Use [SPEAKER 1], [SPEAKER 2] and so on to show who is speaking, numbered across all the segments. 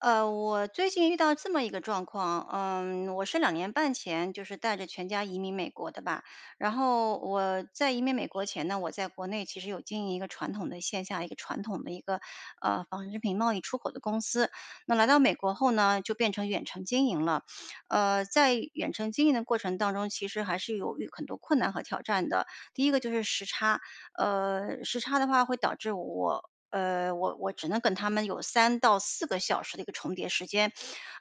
[SPEAKER 1] 我最近遇到这么一个状况，我是2年半前就是带着全家移民美国的吧。然后我在移民美国前呢，我在国内其实有经营一个传统的线下一个传统的一个，纺织品贸易出口的公司。那来到美国后呢，就变成远程经营了。在远程经营的过程当中，其实还是有遇很多困难和挑战的。第一个就是时差，时差的话会导致我我只能跟他们有3到4个小时的一个重叠时间，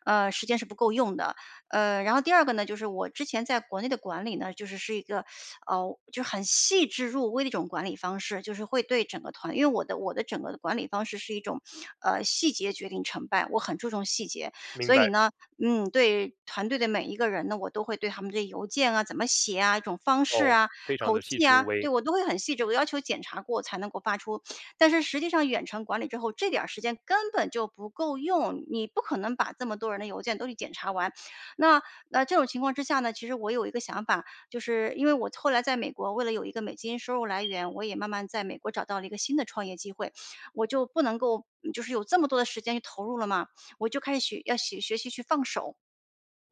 [SPEAKER 1] 时间是不够用的。然后第二个呢，就是我之前在国内的管理呢，就是一个，就是很细致入微的一种管理方式，就是会对整个团因为我的整个的管理方式是一种，细节决定成败，我很注重细节。
[SPEAKER 2] 明
[SPEAKER 1] 所以
[SPEAKER 2] 白。
[SPEAKER 1] 呢，对团队的每一个人呢，我都会对他们这邮件啊，怎么写啊，一种方式
[SPEAKER 2] 哦，
[SPEAKER 1] 啊，
[SPEAKER 2] 非常
[SPEAKER 1] 口
[SPEAKER 2] 的细
[SPEAKER 1] 气
[SPEAKER 2] 致入
[SPEAKER 1] 啊，对，
[SPEAKER 2] 微。
[SPEAKER 1] 我都会很细致，我要求检查过才能够发出。但是实际上远程管理之后，这点儿时间根本就不够用，你不可能把这么多人的邮件都去检查完。那那这种情况之下呢，其实我有一个想法，就是因为我后来在美国，为了有一个美金收入来源，我也慢慢在美国找到了一个新的创业机会，我就不能够就是有这么多的时间去投入了嘛，我就开始学要学学习去放手。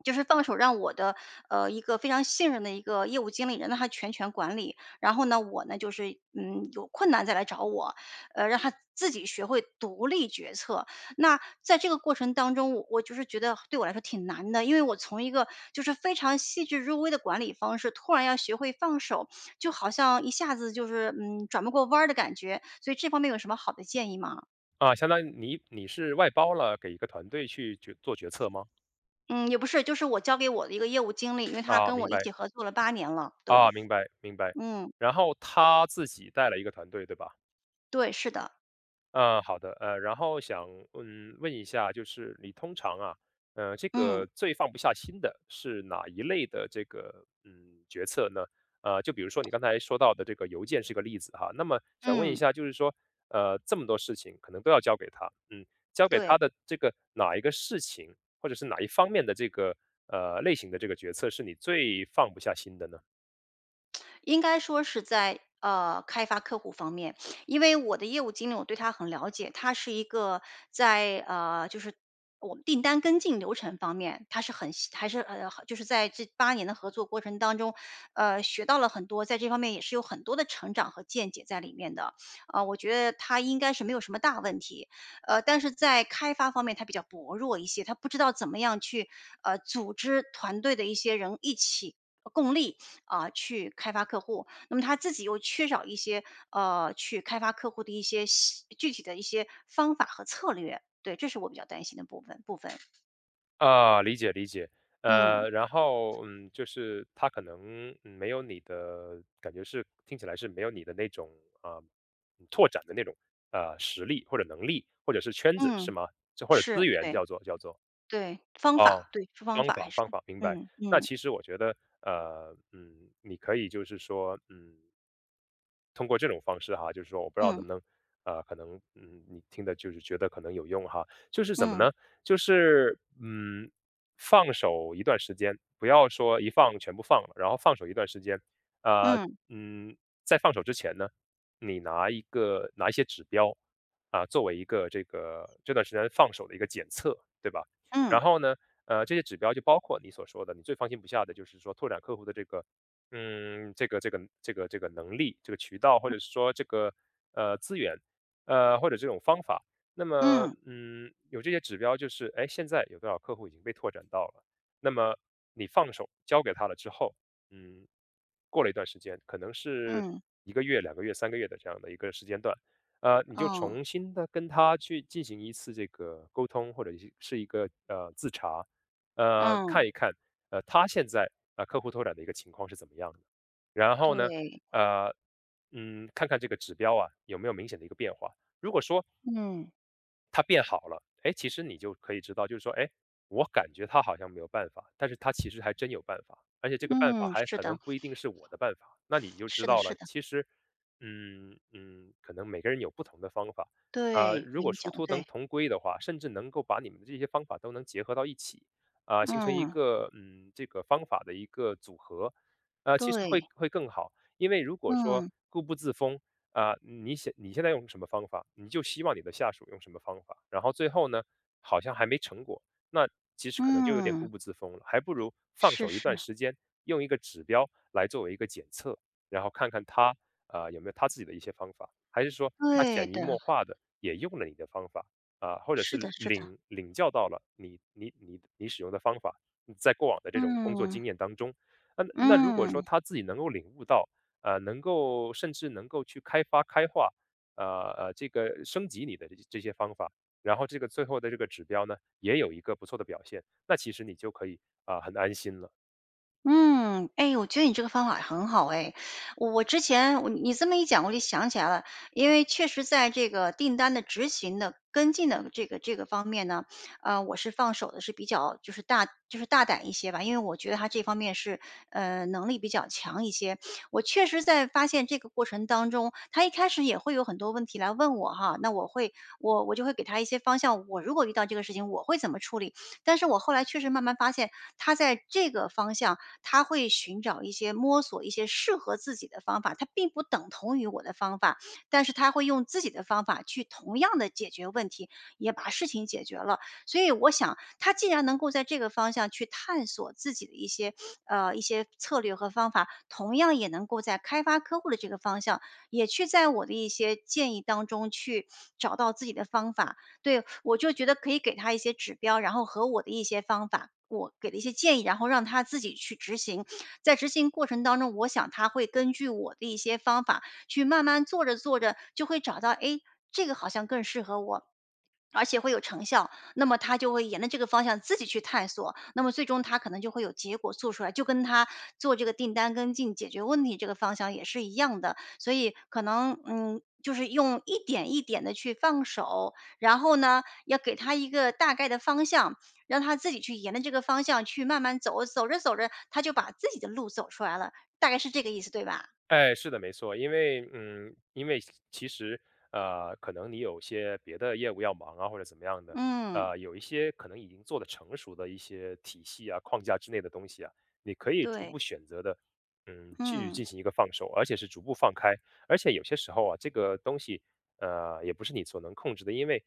[SPEAKER 1] 就是放手让我的，一个非常信任的一个业务经理人，让他全权管理。然后呢，我呢就是，有困难再来找我，让他自己学会独立决策。那在这个过程当中，我就是觉得对我来说挺难的，因为我从一个就是非常细致入微的管理方式，突然要学会放手，就好像一下子就是，转不过弯儿的感觉。所以这方面有什么好的建议吗？
[SPEAKER 2] 相当于你是外包了给一个团队去做决策吗？
[SPEAKER 1] 嗯，也不是，就是我交给我的一个业务经理，因为他跟
[SPEAKER 2] 明
[SPEAKER 1] 我一
[SPEAKER 2] 白。
[SPEAKER 1] 起合作了八年了，对，
[SPEAKER 2] 明白，明白。
[SPEAKER 1] 嗯。
[SPEAKER 2] 然后他自己带了一个团队，对吧？
[SPEAKER 1] 对，是的，
[SPEAKER 2] 好的。然后想，问一下，就是你通常啊，这
[SPEAKER 1] 嗯，
[SPEAKER 2] 个最放不下心的是哪一类的这个，决策呢？就比如说你刚才说到的这个邮件是个例子哈，那么想问一
[SPEAKER 1] 嗯，
[SPEAKER 2] 下，就是说，这么多事情可能都要交给他，交给他
[SPEAKER 1] 对。
[SPEAKER 2] 的这个哪一个事情，或者是哪一方面的这个，类型的这个决策是你最放不下心的呢？
[SPEAKER 1] 应该说是在开发客户方面，因为我的业务经理我对他很了解，他是一个在就是我们订单跟进流程方面，他是很细还是就是在这八年的合作过程当中，学到了很多，在这方面也是有很多的成长和见解在里面的。我觉得他应该是没有什么大问题，但是在开发方面他比较薄弱一些，他不知道怎么样去组织团队的一些人一起。共力，啊，去开发客户。那么他自己又缺少一些，去开发客户的一些具体的一些方法和策略。对，这是我比较担心的部分。
[SPEAKER 2] 理解理解。
[SPEAKER 1] 嗯，
[SPEAKER 2] 然后就是他可能没有你的感觉，是听起来是没有你的那种啊、嗯拓展的那种实力或者能力或者是圈子是
[SPEAKER 1] 嗯，
[SPEAKER 2] 吗？这或者资
[SPEAKER 1] 是，
[SPEAKER 2] 源
[SPEAKER 1] 对，
[SPEAKER 2] 叫做
[SPEAKER 1] 对，方
[SPEAKER 2] 哦，
[SPEAKER 1] 法，对，是方
[SPEAKER 2] 方
[SPEAKER 1] 法还
[SPEAKER 2] 法
[SPEAKER 1] 是。
[SPEAKER 2] 方法，明白。
[SPEAKER 1] 嗯，
[SPEAKER 2] 那
[SPEAKER 1] 嗯，
[SPEAKER 2] 其实我觉得你可以就是说通过这种方式哈，就是说我不知道
[SPEAKER 1] 嗯，
[SPEAKER 2] 能不能，可能，你听的就是觉得可能有用哈。就是怎么
[SPEAKER 1] 嗯，
[SPEAKER 2] 呢？就是，放手一段时间，不要说一放全部放了，然后放手一段时间。呃，
[SPEAKER 1] 嗯，
[SPEAKER 2] 嗯，在放手之前呢，你拿一些指标，啊，作为一个这个这段时间放手的一个检测，对吧？
[SPEAKER 1] 嗯，
[SPEAKER 2] 然后呢，这些指标就包括你所说的，你最放心不下的就是说拓展客户的这个这个能力，这个渠道，或者是说这个资源，或者这种方法。那么
[SPEAKER 1] 嗯，
[SPEAKER 2] 有这些指标就是，哎，现在有多少客户已经被拓展到了？那么你放手交给他了之后，嗯，过了一段时间，可能是
[SPEAKER 1] 嗯，
[SPEAKER 2] 一个月、两个月、三个月的这样的一个时间段。你就
[SPEAKER 1] 嗯，
[SPEAKER 2] 重新的跟他去进行一次这个沟通，或者是一个自查。看
[SPEAKER 1] 嗯，
[SPEAKER 2] 一看，他现在客户拓展的一个情况是怎么样的。然后呢，
[SPEAKER 1] 对，
[SPEAKER 2] 呃，看看这个指标啊有没有明显的一个变化。如果说
[SPEAKER 1] 嗯，
[SPEAKER 2] 它变好了，哎，其实你就可以知道，就是说，哎，我感觉它好像没有办法，但是它其实还真有办法，而且这个办法
[SPEAKER 1] 嗯，
[SPEAKER 2] 还
[SPEAKER 1] 是
[SPEAKER 2] 可
[SPEAKER 1] 的，
[SPEAKER 2] 能不一定是我的办法，那你就知
[SPEAKER 1] 是的，
[SPEAKER 2] 道
[SPEAKER 1] 是
[SPEAKER 2] 了，
[SPEAKER 1] 的，
[SPEAKER 2] 其实，可能每个人有不同的方法。
[SPEAKER 1] 对，
[SPEAKER 2] 如
[SPEAKER 1] 对，
[SPEAKER 2] 果
[SPEAKER 1] 你
[SPEAKER 2] 殊
[SPEAKER 1] 讲的
[SPEAKER 2] 途
[SPEAKER 1] 对，
[SPEAKER 2] 能同归的话，甚至能够把你们的这些方法都能结合到一起，啊、形成一
[SPEAKER 1] 嗯，
[SPEAKER 2] 个这个方法的一个组合。其实
[SPEAKER 1] 对，
[SPEAKER 2] 会更好。因为如果说
[SPEAKER 1] 嗯，
[SPEAKER 2] 固步自封，啊、你现在用什么方法，你就希望你的下属用什么方法，然后最后呢，好像还没成果，那其实可能就有点固
[SPEAKER 1] 嗯，
[SPEAKER 2] 步自封了，还不如放
[SPEAKER 1] 是
[SPEAKER 2] 手一
[SPEAKER 1] 是，
[SPEAKER 2] 段时间，用一个指标来作为一个检测，然后看看他啊、有没有他自己的一些方法，还是说他
[SPEAKER 1] 对
[SPEAKER 2] 潜移
[SPEAKER 1] 的。
[SPEAKER 2] 默化的也用了你的方法，啊、或者
[SPEAKER 1] 是的，
[SPEAKER 2] 是
[SPEAKER 1] 是的，
[SPEAKER 2] 领教到了你使用的方法，在过往的这种工作
[SPEAKER 1] 嗯
[SPEAKER 2] 经验当中。那如果
[SPEAKER 1] 嗯
[SPEAKER 2] 说他自己能够领悟到。能够甚至能够去开发、开化，呃这个升级你的这些方法，然后这个最后的这个指标呢，也有一个不错的表现，那其实你就可以啊、很安心了。
[SPEAKER 1] 嗯。哎，我觉得你这个方法很好哎，我我之前我你这么一讲，我就想起来了，因为确实在这个订单的执行的跟进的这个方面呢，我是放手的是比较就是大就是大胆一些吧，因为我觉得他这方面是能力比较强一些。我确实在发现这个过程当中，他一开始也会有很多问题来问我哈，那我就会给他一些方向，我如果遇到这个事情，我会怎么处理？但是我后来确实慢慢发现，他在这个方向，他会寻找一些摸索一些适合自己的方法，他并不等同于我的方法，但是他会用自己的方法去同样的解决问题，也把事情解决了。所以我想，他既然能够在这个方向去探索自己的一些策略和方法，同样也能够在开发客户的这个方向，也去在我的一些建议当中去找到自己的方法，对，我就觉得可以给他一些指标，然后和我的一些方法，我给的一些建议，然后让他自己去执行。在执行过程当中，我想他会根据我的一些方法去慢慢做着做着，就会找到，哎，这个好像更适合我。而且会有成效，那么他就会沿着这个方向自己去探索，那么最终他可能就会有结果做出来，就跟他做这个订单跟进、解决问题这个方向也是一样的。所以可能就是用一点一点的去放手，然后呢，要给他一个大概的方向，让他自己去沿着这个方向去慢慢走，走着走着，他就把自己的路走出来了，大概是这个意思，对吧？
[SPEAKER 2] 哎，是的，没错。因为因为其实可能你有些别的业务要忙啊，或者怎么样的。
[SPEAKER 1] 嗯，
[SPEAKER 2] 有一些可能已经做的成熟的一些体系啊、框架之内的东西啊，你可以逐
[SPEAKER 1] 对，
[SPEAKER 2] 步选择的，去
[SPEAKER 1] 嗯，
[SPEAKER 2] 进行一个放手，而且是逐步放开。而且有些时候啊，这个东西也不是你所能控制的。因为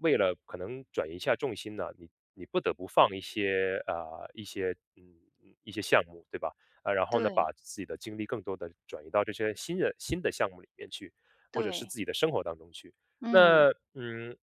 [SPEAKER 2] 为了可能转移一下重心呢，你不得不放一些项目，对吧？啊，然后呢，把
[SPEAKER 1] 对，
[SPEAKER 2] 自己的精力更多的转移到这些新的项目里面去，或者是
[SPEAKER 1] 对，
[SPEAKER 2] 自己的生活当中去。
[SPEAKER 1] 嗯，
[SPEAKER 2] 那，嗯，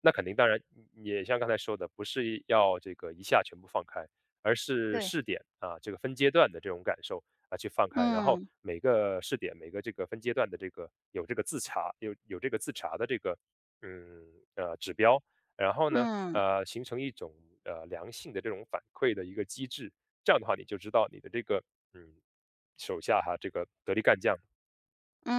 [SPEAKER 2] 那肯定当然也像刚才说的，不是要这个一下全部放开，而是
[SPEAKER 1] 对，
[SPEAKER 2] 试点啊，这个分阶段的这种感受啊去放开。然后
[SPEAKER 1] 嗯，
[SPEAKER 2] 每个试点、每个这个分阶段的这个有这个自查、有这个自查的这个嗯指标。然后呢
[SPEAKER 1] 嗯，
[SPEAKER 2] 形成一种良性的这种反馈的一个机制。这样的话你就知道你的这个嗯手下哈这个得力干将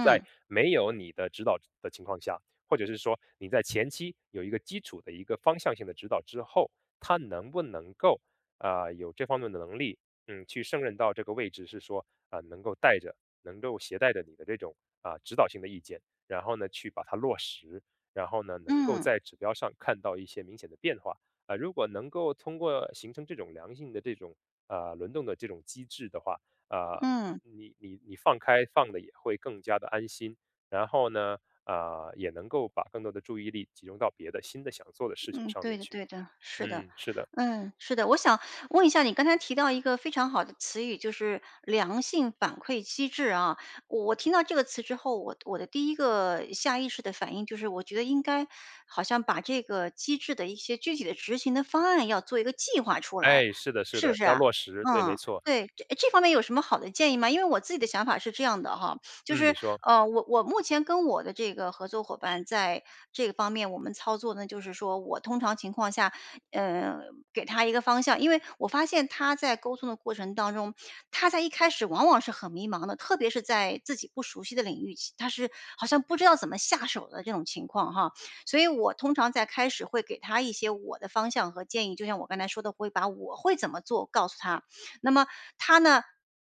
[SPEAKER 2] 在没有你的指导的情况下，或者是说你在前期有一个基础的一个方向性的指导之后，他能不能够啊有这方面的能力，去胜任到这个位置。是说啊、能够携带着你的这种啊、指导性的意见，然后呢去把它落实，然后呢能够
[SPEAKER 1] 嗯，
[SPEAKER 2] 在指标上看到一些明显的变化。啊、如果能够通过形成这种良性的这种啊轮动的这种机制的话，啊，
[SPEAKER 1] 嗯。
[SPEAKER 2] 你放的也会更加的安心。然后呢，啊，也能够把更多的注意力集中到别的新的想做的事情
[SPEAKER 1] 嗯，
[SPEAKER 2] 上
[SPEAKER 1] 对
[SPEAKER 2] 面
[SPEAKER 1] 的，
[SPEAKER 2] 去。
[SPEAKER 1] 对的，是的，
[SPEAKER 2] 嗯，是的。
[SPEAKER 1] 嗯，是的。我想问一下，你刚才提到一个非常好的词语，就是良性反馈机制啊。我听到这个词之后，我的第一个下意识的反应就是，我觉得应该好像把这个机制的一些具体的执行的方案要做一个计划出来，
[SPEAKER 2] 哎，是的，是
[SPEAKER 1] 是不
[SPEAKER 2] 的，
[SPEAKER 1] 是
[SPEAKER 2] 要
[SPEAKER 1] 啊？
[SPEAKER 2] 落实，对，没
[SPEAKER 1] 嗯，
[SPEAKER 2] 错。
[SPEAKER 1] 对，这方面有什么好的建议吗？因为我自己的想法是这样的哈，就
[SPEAKER 2] 嗯，你
[SPEAKER 1] 是
[SPEAKER 2] 说。
[SPEAKER 1] 我目前跟我的这个合作伙伴在这个方面，我们操作呢，就是说我通常情况下，呃，给他一个方向，因为我发现他在沟通的过程当中，他在一开始往往是很迷茫的，特别是在自己不熟悉的领域，他是好像不知道怎么下手的这种情况哈。所以我通常在开始会给他一些我的方向和建议，就像我刚才说的，会把我会怎么做告诉他，那么他呢，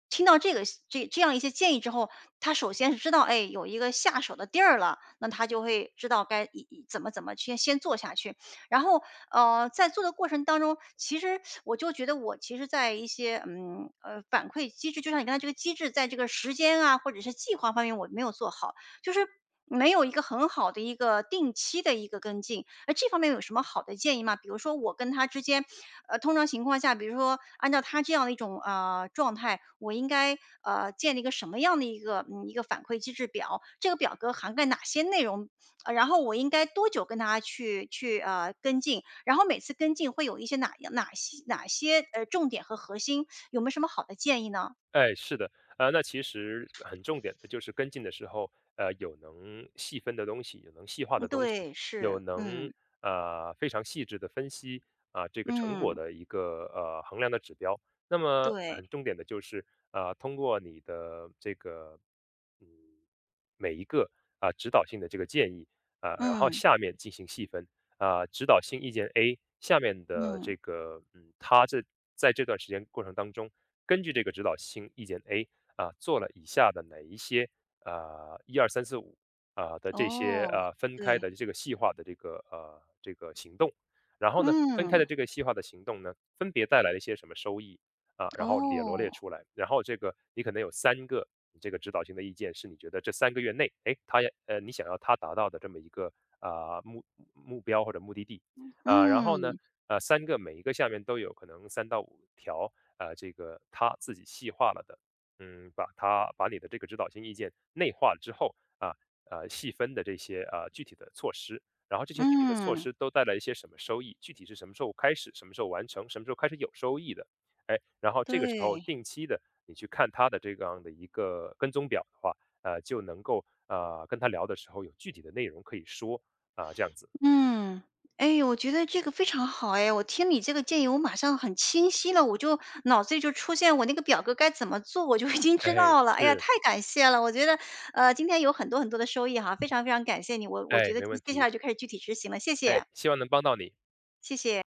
[SPEAKER 1] 听到这样一些建议之后，他首先是知道，哎，有一个下手的地儿了，那他就会知道该以怎么去先做下去。然后，在做的过程当中，其实我就觉得我其实在一些反馈机制，就像你刚才这个机制，在这个时间啊或者是计划方面，我没有做好，就是。没有一个很好的一个定期的一个跟进，那这方面有什么好的建议吗？比如说我跟他之间，通常情况下，比如说按照他这样的一种，状态，我应该，建立一个什么样的一个一个反馈机制表？这个表格涵盖哪些内容？然后我应该多久跟他去，跟进？然后每次跟进会有一些哪些，重点和核心？有没有什么好的建议呢？
[SPEAKER 2] 哎，是的。那其实很重点的就是跟进的时候，有能细分的东西，有能细化
[SPEAKER 1] 嗯，
[SPEAKER 2] 的东西，
[SPEAKER 1] 对，
[SPEAKER 2] 有
[SPEAKER 1] 是，嗯，
[SPEAKER 2] 能非常细致的分析啊、这个成果
[SPEAKER 1] 嗯，
[SPEAKER 2] 的一个衡量的指标。那么
[SPEAKER 1] 对，
[SPEAKER 2] 很重点的就是通过你的这个嗯每一个啊、指导性的这个建议，啊、然后
[SPEAKER 1] 嗯，
[SPEAKER 2] 下面进行细分。啊，指导性意见 A，下面的
[SPEAKER 1] 嗯，
[SPEAKER 2] 这个，在这段时间过程当中，根据这个指导性意见 A 啊，做了以下的哪一些一二三四五啊的这些
[SPEAKER 1] 哦，
[SPEAKER 2] 啊分开
[SPEAKER 1] 对，
[SPEAKER 2] 的这个细化的这个这个行动。然后呢，分开
[SPEAKER 1] 嗯，
[SPEAKER 2] 的这个细化的行动呢，分别带来了一些什么收益，啊，然后也罗列
[SPEAKER 1] 哦。
[SPEAKER 2] 出来。然后这个你可能有三个。你这个指导性的意见是你觉得这三个月内，哎，他也你想要他达到的这么一个啊，目标或者目的地。啊，然后呢，
[SPEAKER 1] 嗯，
[SPEAKER 2] 三个每一个下面都有可能三到五条，啊，这个他自己细化了的，把你的这个指导性意见内化之后，细分的这些，具体的措施，然后这些具体的措
[SPEAKER 1] 嗯，
[SPEAKER 2] 施都带来一些什么收益，具体是什么时候开始，什么时候完成，什么时候开始有收益的。哎，然后这个时候
[SPEAKER 1] 对，
[SPEAKER 2] 定期的你去看他的这样的一个跟踪表的话，就能够，跟他聊的时候有具体的内容可以说，啊，这样子。
[SPEAKER 1] 嗯。哎，我觉得这个非常好哎，我听你这个建议，我马上很清晰了，我就脑子里就出现我那个表格该怎么做，我就已经知
[SPEAKER 2] 哎，
[SPEAKER 1] 道了。哎呀，
[SPEAKER 2] 是。
[SPEAKER 1] 太感谢了，我觉得，今天有很多很多的收益哈，非常非常感谢你，我觉
[SPEAKER 2] 哎，
[SPEAKER 1] 得
[SPEAKER 2] 没问
[SPEAKER 1] 接下来
[SPEAKER 2] 题。
[SPEAKER 1] 就开始具体执行了，谢
[SPEAKER 2] 哎，
[SPEAKER 1] 谢。
[SPEAKER 2] 希望能帮到你。